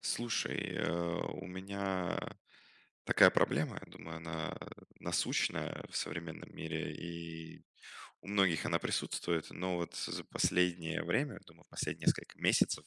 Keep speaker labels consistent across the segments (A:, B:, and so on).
A: Слушай, у меня такая проблема, я думаю, она насущная в современном мире, и у многих она присутствует, но вот за последнее время, думаю, последние несколько месяцев,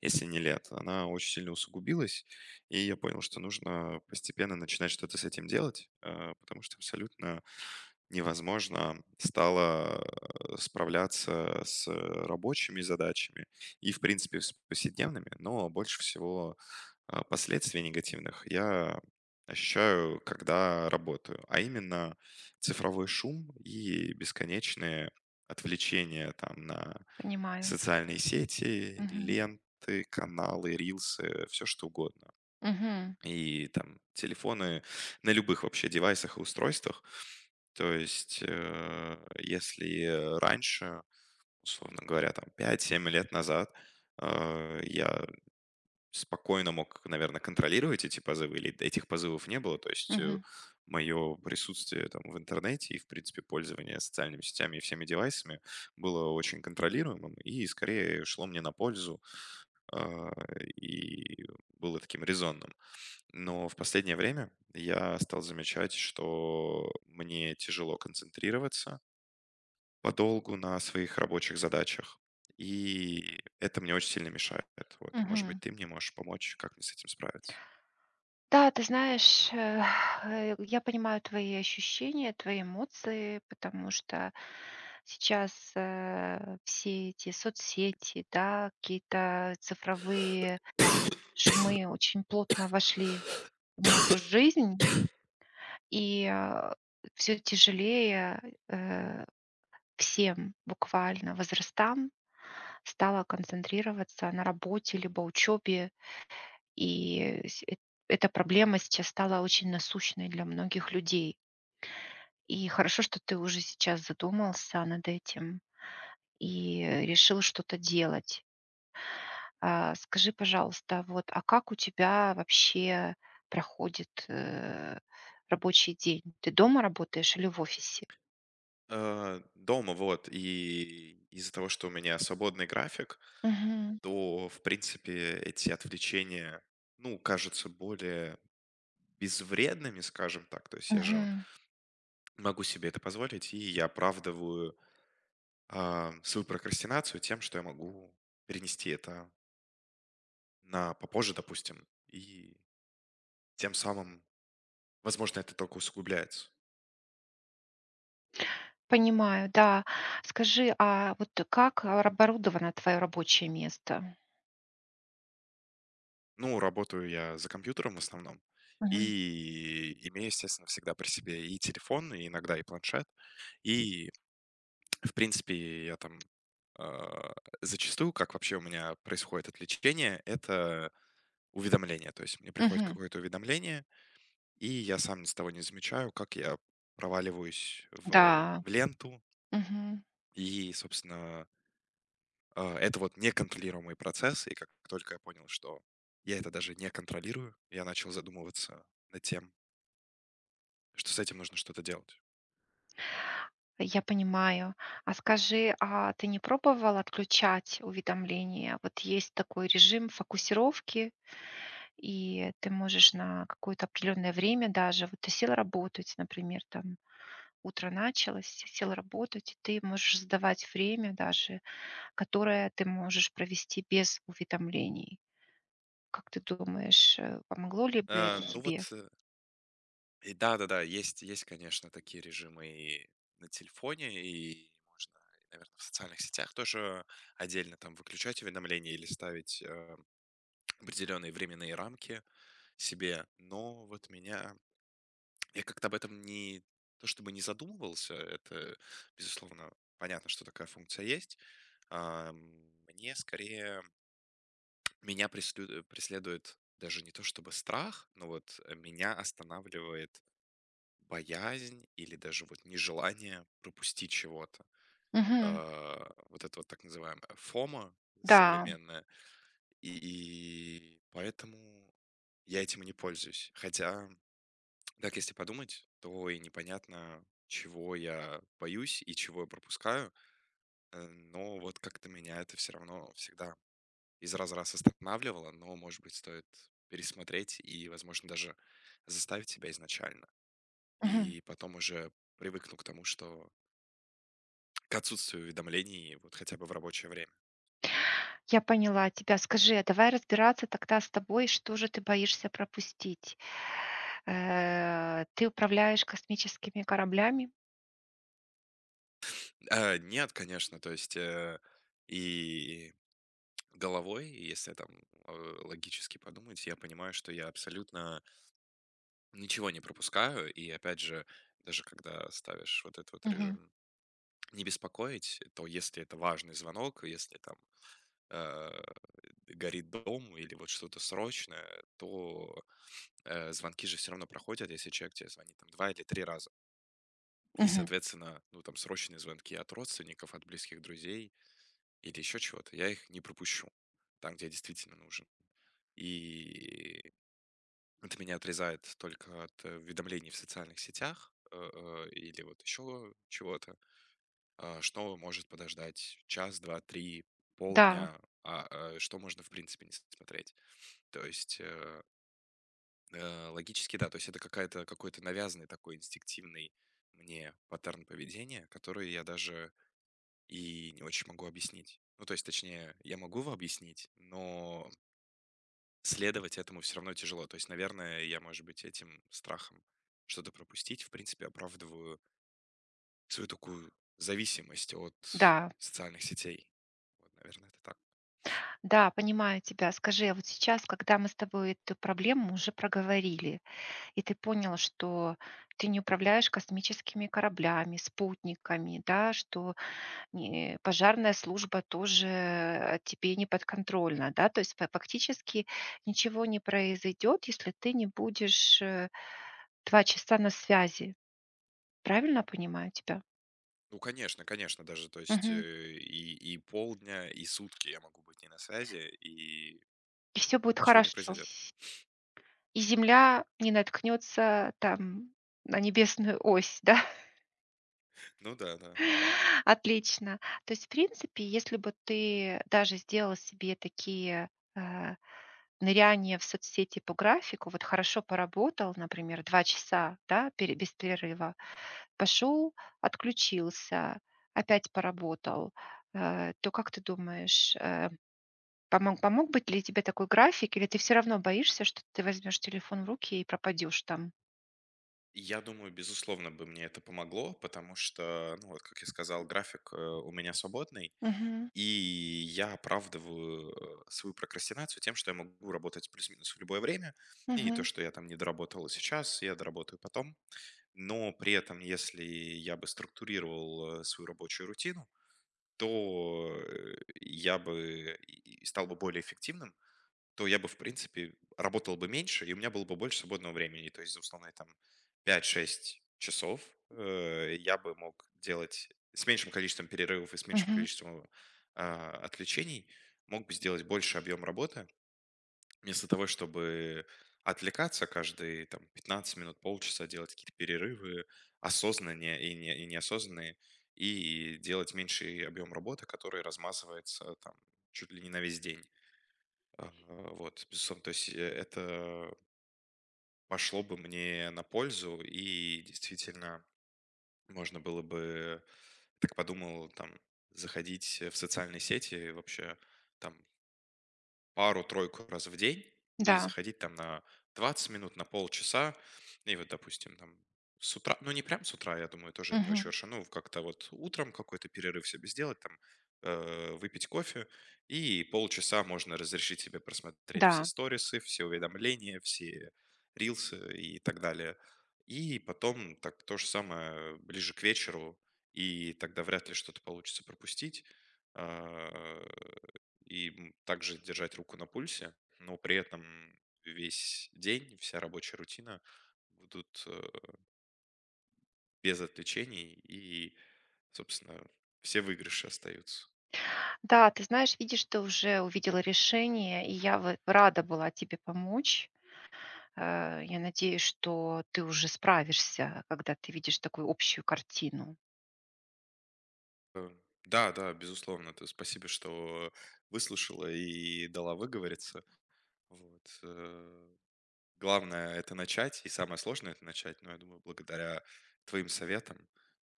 A: если не лет, она очень сильно усугубилась, и я понял, что нужно постепенно начинать что-то с этим делать, потому что абсолютно невозможно стало справляться с рабочими задачами и, в принципе, с повседневными, но больше всего последствий негативных я ощущаю, когда работаю, а именно цифровой шум и бесконечные отвлечения там на
B: Понимаю.
A: социальные сети,
B: Мгм.
A: ленты, каналы, рилсы, все что угодно.
B: Мгм.
A: И там телефоны на любых вообще девайсах и устройствах. То есть, если раньше, условно говоря, там пять 7 лет назад, я спокойно мог, наверное, контролировать эти позывы, или этих позывов не было. То есть
B: Мгм.
A: мое присутствие там в интернете и, в принципе, пользование социальными сетями и всеми девайсами было очень контролируемым и скорее шло мне на пользу а, и было таким резонным. Но в последнее время я стал замечать, что мне тяжело концентрироваться, подолгу на своих рабочих задачах. И это мне очень сильно мешает. Вот, может
B: Мгм.
A: быть, ты мне можешь помочь, как мне с этим справиться?
B: Да, ты знаешь, я понимаю твои ощущения, твои эмоции, потому что сейчас все эти соцсети, да, какие-то цифровые шумы очень плотно вошли в нашу жизнь, и все тяжелее э, всем буквально возрастам стало концентрироваться на работе либо учебе. И с эт Эта проблема сейчас стала очень насущной для многих людей. И хорошо, что ты уже сейчас задумался над этим и решил что-то делать. Скажи, пожалуйста, вот, а как у тебя вообще проходит, рабочий день? Ты дома работаешь или в офисе?
A: Дома, вот, и из-за того, что у меня свободный график,
B: Мгм,
A: то, в принципе, эти отвлечения, ну, кажутся более безвредными, скажем так. То есть я же
B: мгм.
A: могу себе это позволить, и я оправдываю свою прокрастинацию тем, что я могу перенести это на попозже, допустим, и тем самым, возможно, это только усугубляется.
B: Понимаю, да. Скажи, а вот как оборудовано твое рабочее место?
A: Ну, работаю я за компьютером в основном
B: Мгм,
A: и имею, естественно, всегда при себе и телефон, и иногда и планшет. И, в принципе, я там а, зачастую, как вообще у меня происходит отвлечение, это уведомление. То есть мне приходит
B: мгм.
A: какое-то уведомление, и я сам ни с того не замечаю, как я проваливаюсь
B: Да,
A: в ленту
B: мгм.
A: и, собственно, это вот неконтролируемый процесс, и как только я понял, что я это даже не контролирую, я начал задумываться над тем, что с этим нужно что-то делать.
B: Я понимаю. А скажи, а ты не пробовал отключать уведомления? Вот есть такой режим фокусировки, и ты можешь на какое-то определенное время даже, вот ты сел работать, например, там утро началось, сел работать, и ты можешь задавать время даже, которое ты можешь провести без уведомлений. Как ты думаешь, помогло ли бы это
A: Ну
B: тебе?
A: вот, и да-да-да, есть, конечно, такие режимы и на телефоне, и можно, наверное, в социальных сетях тоже отдельно там выключать уведомления или ставить, определенные временные рамки себе, но вот меня я как-то об этом не то чтобы не задумывался, это, безусловно, понятно, что такая функция есть. Мне скорее, меня преследует даже не то чтобы страх, но вот меня останавливает боязнь или даже вот нежелание пропустить чего-то.
B: Мгм.
A: Вот это вот так называемая фома
B: Да.
A: современное, и поэтому я этим и не пользуюсь. Хотя, так если подумать, то и непонятно, чего я боюсь и чего я пропускаю. Но вот как-то меня это все равно всегда из раза в раз останавливало, но, может быть, стоит пересмотреть и, возможно, даже заставить себя изначально.
B: Мгм.
A: И потом уже привыкну к тому, что к отсутствию уведомлений вот хотя бы в рабочее время.
B: Я поняла тебя. Скажи, а давай разбираться тогда с тобой, что же ты боишься пропустить. Ты управляешь космическими кораблями?
A: Нет, конечно, то есть, и головой, и если там э, логически подумать, я понимаю, что я абсолютно ничего не пропускаю. И опять же, даже когда ставишь вот этот вот
B: Мгм.
A: режим не беспокоить, то если это важный звонок, если там э, горит дом или вот что-то срочное, то звонки же все равно проходят, если человек тебе звонит там два или три раза. И,
B: Мгм.
A: соответственно, ну там срочные звонки от родственников, от близких друзей или еще чего-то, я их не пропущу там, где я действительно нужен. И это меня отрезает только от уведомлений в социальных сетях, или вот еще чего-то, что может подождать час, два, три,
B: Да,
A: полдня, что можно в принципе не смотреть. То есть, логически, да, то есть это какая-то какой-то навязанный такой инстинктивный мне паттерн поведения, который я даже и не очень могу объяснить. Ну, то есть, точнее, я могу его объяснить, но следовать этому все равно тяжело. То есть, наверное, я, может быть, этим страхом что-то пропустить, в принципе, оправдываю свою такую зависимость от
B: да,
A: социальных сетей. Вот, наверное, это так.
B: да, понимаю тебя. Скажи, а вот сейчас, когда мы с тобой эту проблему уже проговорили, и ты понял, что ты не управляешь космическими кораблями, спутниками, да, что не, пожарная служба тоже, тебе не подконтрольна, да. То есть фа фактически ничего не произойдет, если ты не будешь, 2 часа на связи. Правильно понимаю тебя?
A: Ну, конечно, конечно, даже, то есть,
B: Мгм.
A: и полдня, и сутки я могу быть не на связи, и
B: И все будет
A: ничего не
B: хорошо.
A: произойдет.
B: И земля не наткнется там на небесную ось, да?
A: Ну да, да.
B: Отлично. То есть, в принципе, если бы ты даже сделал себе такие э, ныряния в соцсети по графику, вот хорошо поработал, например, 2 часа, да, без перерыва, пошел, отключился, опять поработал, то как ты думаешь, помог бы ли тебе такой график, или ты все равно боишься, что ты возьмешь телефон в руки и пропадешь там?
A: Я думаю, безусловно бы мне это помогло, потому что, ну вот, как я сказал, график, у меня свободный.
B: Мгм.
A: И я оправдываю, свою прокрастинацию тем, что я могу работать плюс-минус в любое время, и то,
B: Мгм.
A: что я там не доработал сейчас, я доработаю потом. Но при этом, если я бы структурировал, свою рабочую рутину, то, я бы и стал бы более эффективным, то я бы, в принципе, работал бы меньше, и у меня было бы больше свободного времени. То есть за условные там 5-6 часов я бы мог делать с меньшим количеством перерывов и с меньшим
B: Мгм.
A: количеством отвлечений, мог бы сделать больше объем работы, вместо того, чтобы отвлекаться каждые там, 15 минут, полчаса, делать какие-то перерывы осознанные и, не, и неосознанные, и делать меньший объем работы, который размазывается там чуть ли не на весь день. Вот, безусловно, то есть, это пошло бы мне на пользу, и действительно можно было бы, так подумал, там, заходить в социальные сети, вообще там пару-тройку раз в день и
B: Да,
A: заходить там на 20 минут, на полчаса. И вот, допустим, там с утра, ну не прям с утра, я думаю, тоже это не очень
B: мгм.
A: хорошо, ну как-то вот утром какой-то перерыв себе сделать, там выпить кофе, и полчаса можно разрешить себе просмотреть все
B: Да.
A: сторисы, все уведомления, все рилсы и так далее. И потом так то же самое ближе к вечеру, и тогда вряд ли что-то получится пропустить. А, и также держать руку на пульсе, но при этом весь день, вся рабочая рутина будут без отвлечений, и, собственно, все выигрыши остаются.
B: Да, ты знаешь, видишь, ты уже увидела решение, и я вот рада была тебе помочь. Я надеюсь, что ты уже справишься, когда ты видишь такую общую картину.
A: Э, Да, да, безусловно. То есть спасибо, что выслушала и дала выговориться. Вот. Главное — это начать, и самое сложное — это начать. Но я думаю, благодаря твоим советам,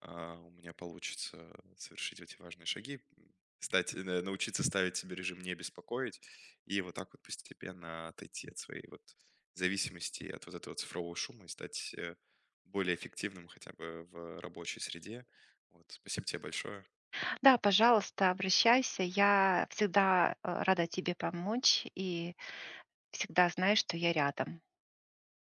A: у меня получится совершить эти важные шаги, стать э, на научиться ставить себе режим "не беспокоить" и вот так вот постепенно отойти от своей вот зависимости, от вот этого цифрового шума и стать, более эффективным хотя бы в рабочей среде. Вот. Спасибо тебе большое.
B: Да, пожалуйста, обращайся. Я всегда рада тебе помочь и всегда знай, что я рядом.